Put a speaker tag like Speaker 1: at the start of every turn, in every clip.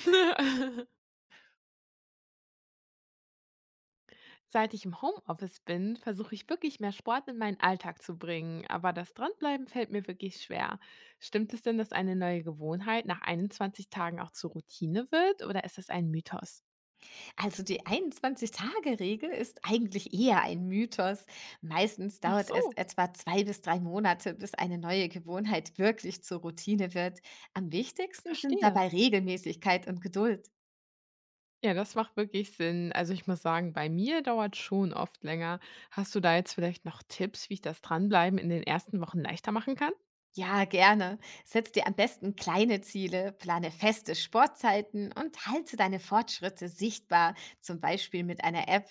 Speaker 1: Seit ich im Homeoffice bin, versuche ich wirklich mehr Sport in meinen Alltag zu bringen, aber das Dranbleiben fällt mir wirklich schwer. Stimmt es denn, dass eine neue Gewohnheit nach 21 Tagen auch zur Routine wird, oder ist das ein Mythos?
Speaker 2: Also die 21-Tage-Regel ist eigentlich eher ein Mythos. Meistens
Speaker 1: Ach
Speaker 2: dauert es
Speaker 1: so,
Speaker 2: etwa 2 bis 3 Monate, bis eine neue Gewohnheit wirklich zur Routine wird. Am wichtigsten sind
Speaker 1: verstehe.
Speaker 2: dabei Regelmäßigkeit und Geduld.
Speaker 1: Ja, das macht wirklich Sinn. Also, ich muss sagen, bei mir dauert schon oft länger. Hast du da jetzt vielleicht noch Tipps, wie ich das Dranbleiben in den ersten Wochen leichter machen kann?
Speaker 2: Ja, gerne. Setz dir am besten kleine Ziele, plane feste Sportzeiten und halte deine Fortschritte sichtbar, zum Beispiel mit einer App.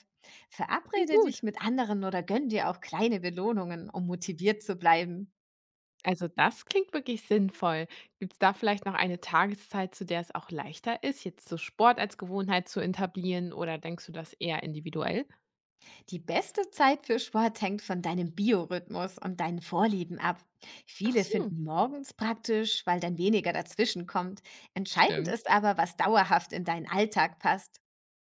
Speaker 1: Klingt
Speaker 2: Verabrede dich
Speaker 1: gut.
Speaker 2: mit anderen oder gönn dir auch kleine Belohnungen, um motiviert zu bleiben.
Speaker 1: Also das klingt wirklich sinnvoll. Gibt es da vielleicht noch eine Tageszeit, zu der es auch leichter ist, jetzt so Sport als Gewohnheit zu etablieren, oder denkst du das eher individuell?
Speaker 2: Die beste Zeit für Sport hängt von deinem Biorhythmus und deinen Vorlieben ab.
Speaker 1: Ach
Speaker 2: Viele
Speaker 1: so,
Speaker 2: finden morgens praktisch, weil dann weniger dazwischen kommt. Entscheidend
Speaker 1: stimmt.
Speaker 2: ist aber, was dauerhaft in deinen Alltag passt.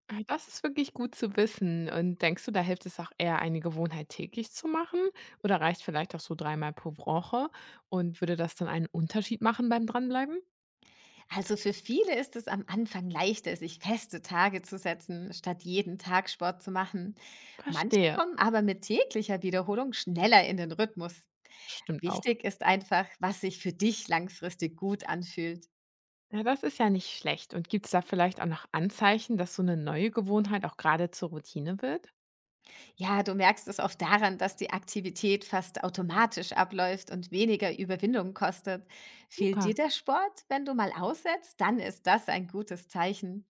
Speaker 1: Ah, das ist wirklich gut zu wissen. Und denkst du, da hilft es auch eher, eine Gewohnheit täglich zu machen? Oder reicht vielleicht auch so dreimal pro Woche? Und würde das dann einen Unterschied machen beim Dranbleiben?
Speaker 2: Also für viele ist es am Anfang leichter, sich feste Tage zu setzen, statt jeden Tag Sport zu machen. Manche
Speaker 1: Verstehe.
Speaker 2: kommen aber mit täglicher Wiederholung schneller in den Rhythmus.
Speaker 1: Stimmt auch.
Speaker 2: Wichtig ist einfach, was sich für dich langfristig gut anfühlt.
Speaker 1: Ja, das ist ja nicht schlecht. Und gibt es da vielleicht auch noch Anzeichen, dass so eine neue Gewohnheit auch gerade zur Routine wird?
Speaker 2: Ja, du merkst es oft daran, dass die Aktivität fast automatisch abläuft und weniger Überwindung kostet. Fehlt dir
Speaker 1: Super.
Speaker 2: der Sport, wenn du mal aussetzt, dann ist das ein gutes Zeichen.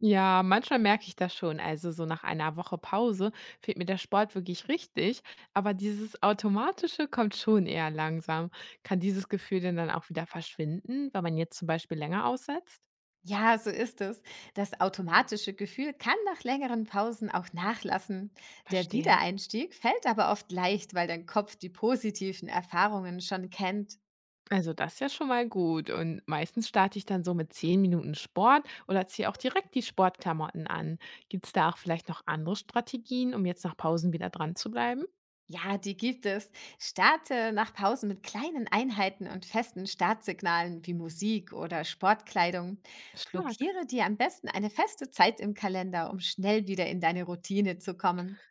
Speaker 1: Ja, manchmal merke ich das schon. Also so nach einer Woche Pause fehlt mir der Sport wirklich richtig, aber dieses Automatische kommt schon eher langsam. Kann dieses Gefühl denn dann auch wieder verschwinden, wenn man jetzt zum Beispiel länger aussetzt?
Speaker 2: Ja, so ist es. Das automatische Gefühl kann nach längeren Pausen auch nachlassen. Der
Speaker 1: Verstehe.
Speaker 2: Wiedereinstieg fällt aber oft leicht, weil dein Kopf die positiven Erfahrungen schon kennt.
Speaker 1: Also das ist ja schon mal gut. Und meistens starte ich dann so mit 10 Minuten Sport oder ziehe auch direkt die Sportklamotten an. Gibt es da auch vielleicht noch andere Strategien, um jetzt nach Pausen wieder dran zu bleiben?
Speaker 2: Ja, die gibt es. Starte nach Pausen mit kleinen Einheiten und festen Startsignalen wie Musik oder Sportkleidung.
Speaker 1: Stark.
Speaker 2: Blockiere dir am besten eine feste Zeit im Kalender, um schnell wieder in deine Routine zu kommen.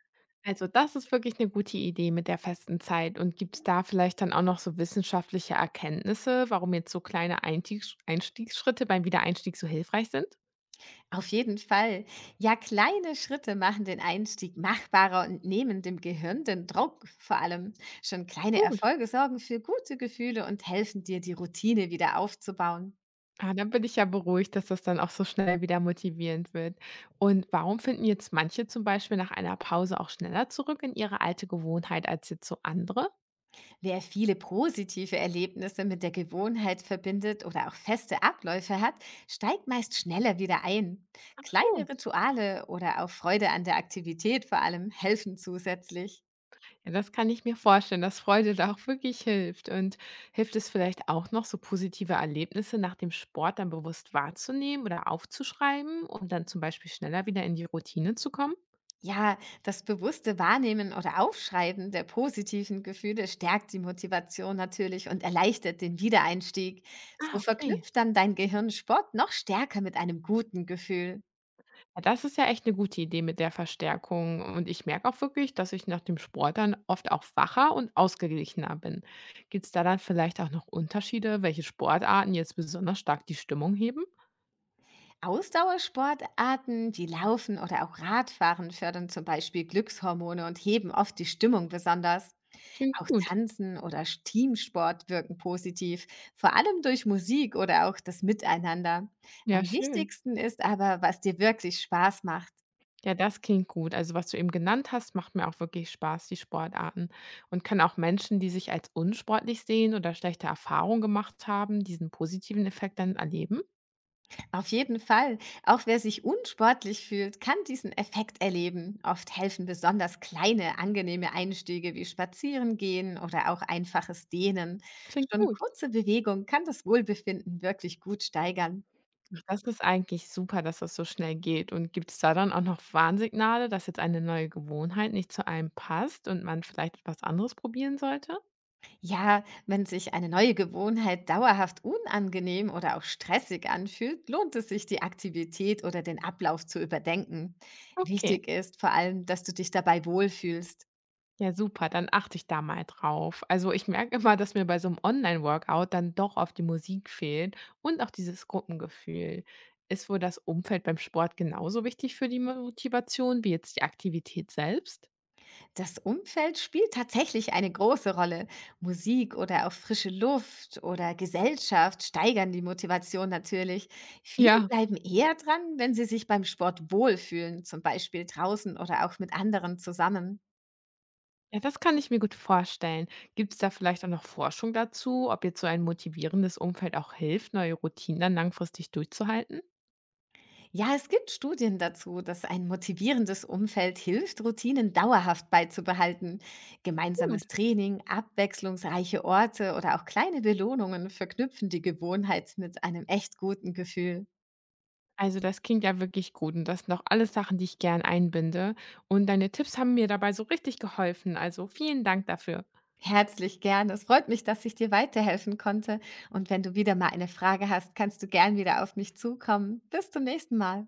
Speaker 1: Also, das ist wirklich eine gute Idee mit der festen Zeit. Und gibt es da vielleicht dann auch noch so wissenschaftliche Erkenntnisse, warum jetzt so kleine Eintiegsch Einstiegsschritte beim Wiedereinstieg so hilfreich sind?
Speaker 2: Auf jeden Fall. Ja, kleine Schritte machen den Einstieg machbarer und nehmen dem Gehirn den Druck vor allem. Schon kleine
Speaker 1: Gut.
Speaker 2: Erfolge sorgen für gute Gefühle und helfen dir, die Routine wieder aufzubauen.
Speaker 1: Ah, dann bin ich ja beruhigt, dass das dann auch so schnell wieder motivierend wird. Und warum finden jetzt manche zum Beispiel nach einer Pause auch schneller zurück in ihre alte Gewohnheit als jetzt so andere?
Speaker 2: Wer viele positive Erlebnisse mit der Gewohnheit verbindet oder auch feste Abläufe hat, steigt meist schneller wieder ein. Kleine
Speaker 1: So.
Speaker 2: Rituale oder auch Freude an der Aktivität vor allem helfen zusätzlich.
Speaker 1: Ja, das kann ich mir vorstellen, dass Freude da auch wirklich hilft. Und hilft es vielleicht auch noch, so positive Erlebnisse nach dem Sport dann bewusst wahrzunehmen oder aufzuschreiben, um dann zum Beispiel schneller wieder in die Routine zu kommen?
Speaker 2: Ja, das bewusste Wahrnehmen oder Aufschreiben der positiven Gefühle stärkt die Motivation natürlich und erleichtert den Wiedereinstieg. So
Speaker 1: Ah, okay.
Speaker 2: verknüpft dann dein Gehirn Sport noch stärker mit einem guten Gefühl.
Speaker 1: Ja, das ist ja echt eine gute Idee mit der Verstärkung. Und ich merke auch wirklich, dass ich nach dem Sport dann oft auch wacher und ausgeglichener bin. Gibt es da dann vielleicht auch noch Unterschiede, welche Sportarten jetzt besonders stark die Stimmung heben?
Speaker 2: Ausdauersportarten, die Laufen oder auch Radfahren fördern zum Beispiel Glückshormone und heben oft die Stimmung besonders.
Speaker 1: Klingt
Speaker 2: Auch
Speaker 1: gut.
Speaker 2: Tanzen oder Teamsport wirken positiv, vor allem durch Musik oder auch das Miteinander.
Speaker 1: Ja,
Speaker 2: Am
Speaker 1: schön.
Speaker 2: wichtigsten ist aber, was dir wirklich Spaß macht.
Speaker 1: Ja, das klingt gut. Also, was du eben genannt hast, macht mir auch wirklich Spaß, die Sportarten. Und kann auch Menschen, die sich als unsportlich sehen oder schlechte Erfahrungen gemacht haben, diesen positiven Effekt dann erleben?
Speaker 2: Auf jeden Fall. Auch wer sich unsportlich fühlt, kann diesen Effekt erleben. Oft helfen besonders kleine, angenehme Einstiege wie Spazierengehen oder auch einfaches Dehnen.
Speaker 1: Klingt
Speaker 2: Schon
Speaker 1: gut.
Speaker 2: kurze Bewegung kann das Wohlbefinden wirklich gut steigern.
Speaker 1: Das ist eigentlich super, dass das so schnell geht. Und gibt es da dann auch noch Warnsignale, dass jetzt eine neue Gewohnheit nicht zu einem passt und man vielleicht etwas anderes probieren sollte?
Speaker 2: Ja, wenn sich eine neue Gewohnheit dauerhaft unangenehm oder auch stressig anfühlt, lohnt es sich, die Aktivität oder den Ablauf zu überdenken.
Speaker 1: Okay.
Speaker 2: Wichtig ist vor allem, dass du dich dabei wohlfühlst.
Speaker 1: Ja, super, dann achte ich da mal drauf. Also ich merke immer, dass mir bei so einem Online-Workout dann doch oft die Musik fehlt und auch dieses Gruppengefühl. Ist wohl das Umfeld beim Sport genauso wichtig für die Motivation wie jetzt die Aktivität selbst?
Speaker 2: Das Umfeld spielt tatsächlich eine große Rolle. Musik oder auch frische Luft oder Gesellschaft steigern die Motivation natürlich. Viele
Speaker 1: Ja.
Speaker 2: bleiben eher dran, wenn sie sich beim Sport wohlfühlen, zum Beispiel draußen oder auch mit anderen zusammen.
Speaker 1: Ja, das kann ich mir gut vorstellen. Gibt es da vielleicht auch noch Forschung dazu, ob jetzt so ein motivierendes Umfeld auch hilft, neue Routinen dann langfristig durchzuhalten?
Speaker 2: Ja, es gibt Studien dazu, dass ein motivierendes Umfeld hilft, Routinen dauerhaft beizubehalten. Gemeinsames
Speaker 1: Gut.
Speaker 2: Training, abwechslungsreiche Orte oder auch kleine Belohnungen verknüpfen die Gewohnheit mit einem echt guten Gefühl.
Speaker 1: Also, das klingt ja wirklich gut und das sind auch alles Sachen, die ich gern einbinde. Und deine Tipps haben mir dabei so richtig geholfen. Also, vielen Dank dafür.
Speaker 2: Herzlich gerne. Es freut mich, dass ich dir weiterhelfen konnte. Und wenn du wieder mal eine Frage hast, kannst du gern wieder auf mich zukommen. Bis zum nächsten Mal.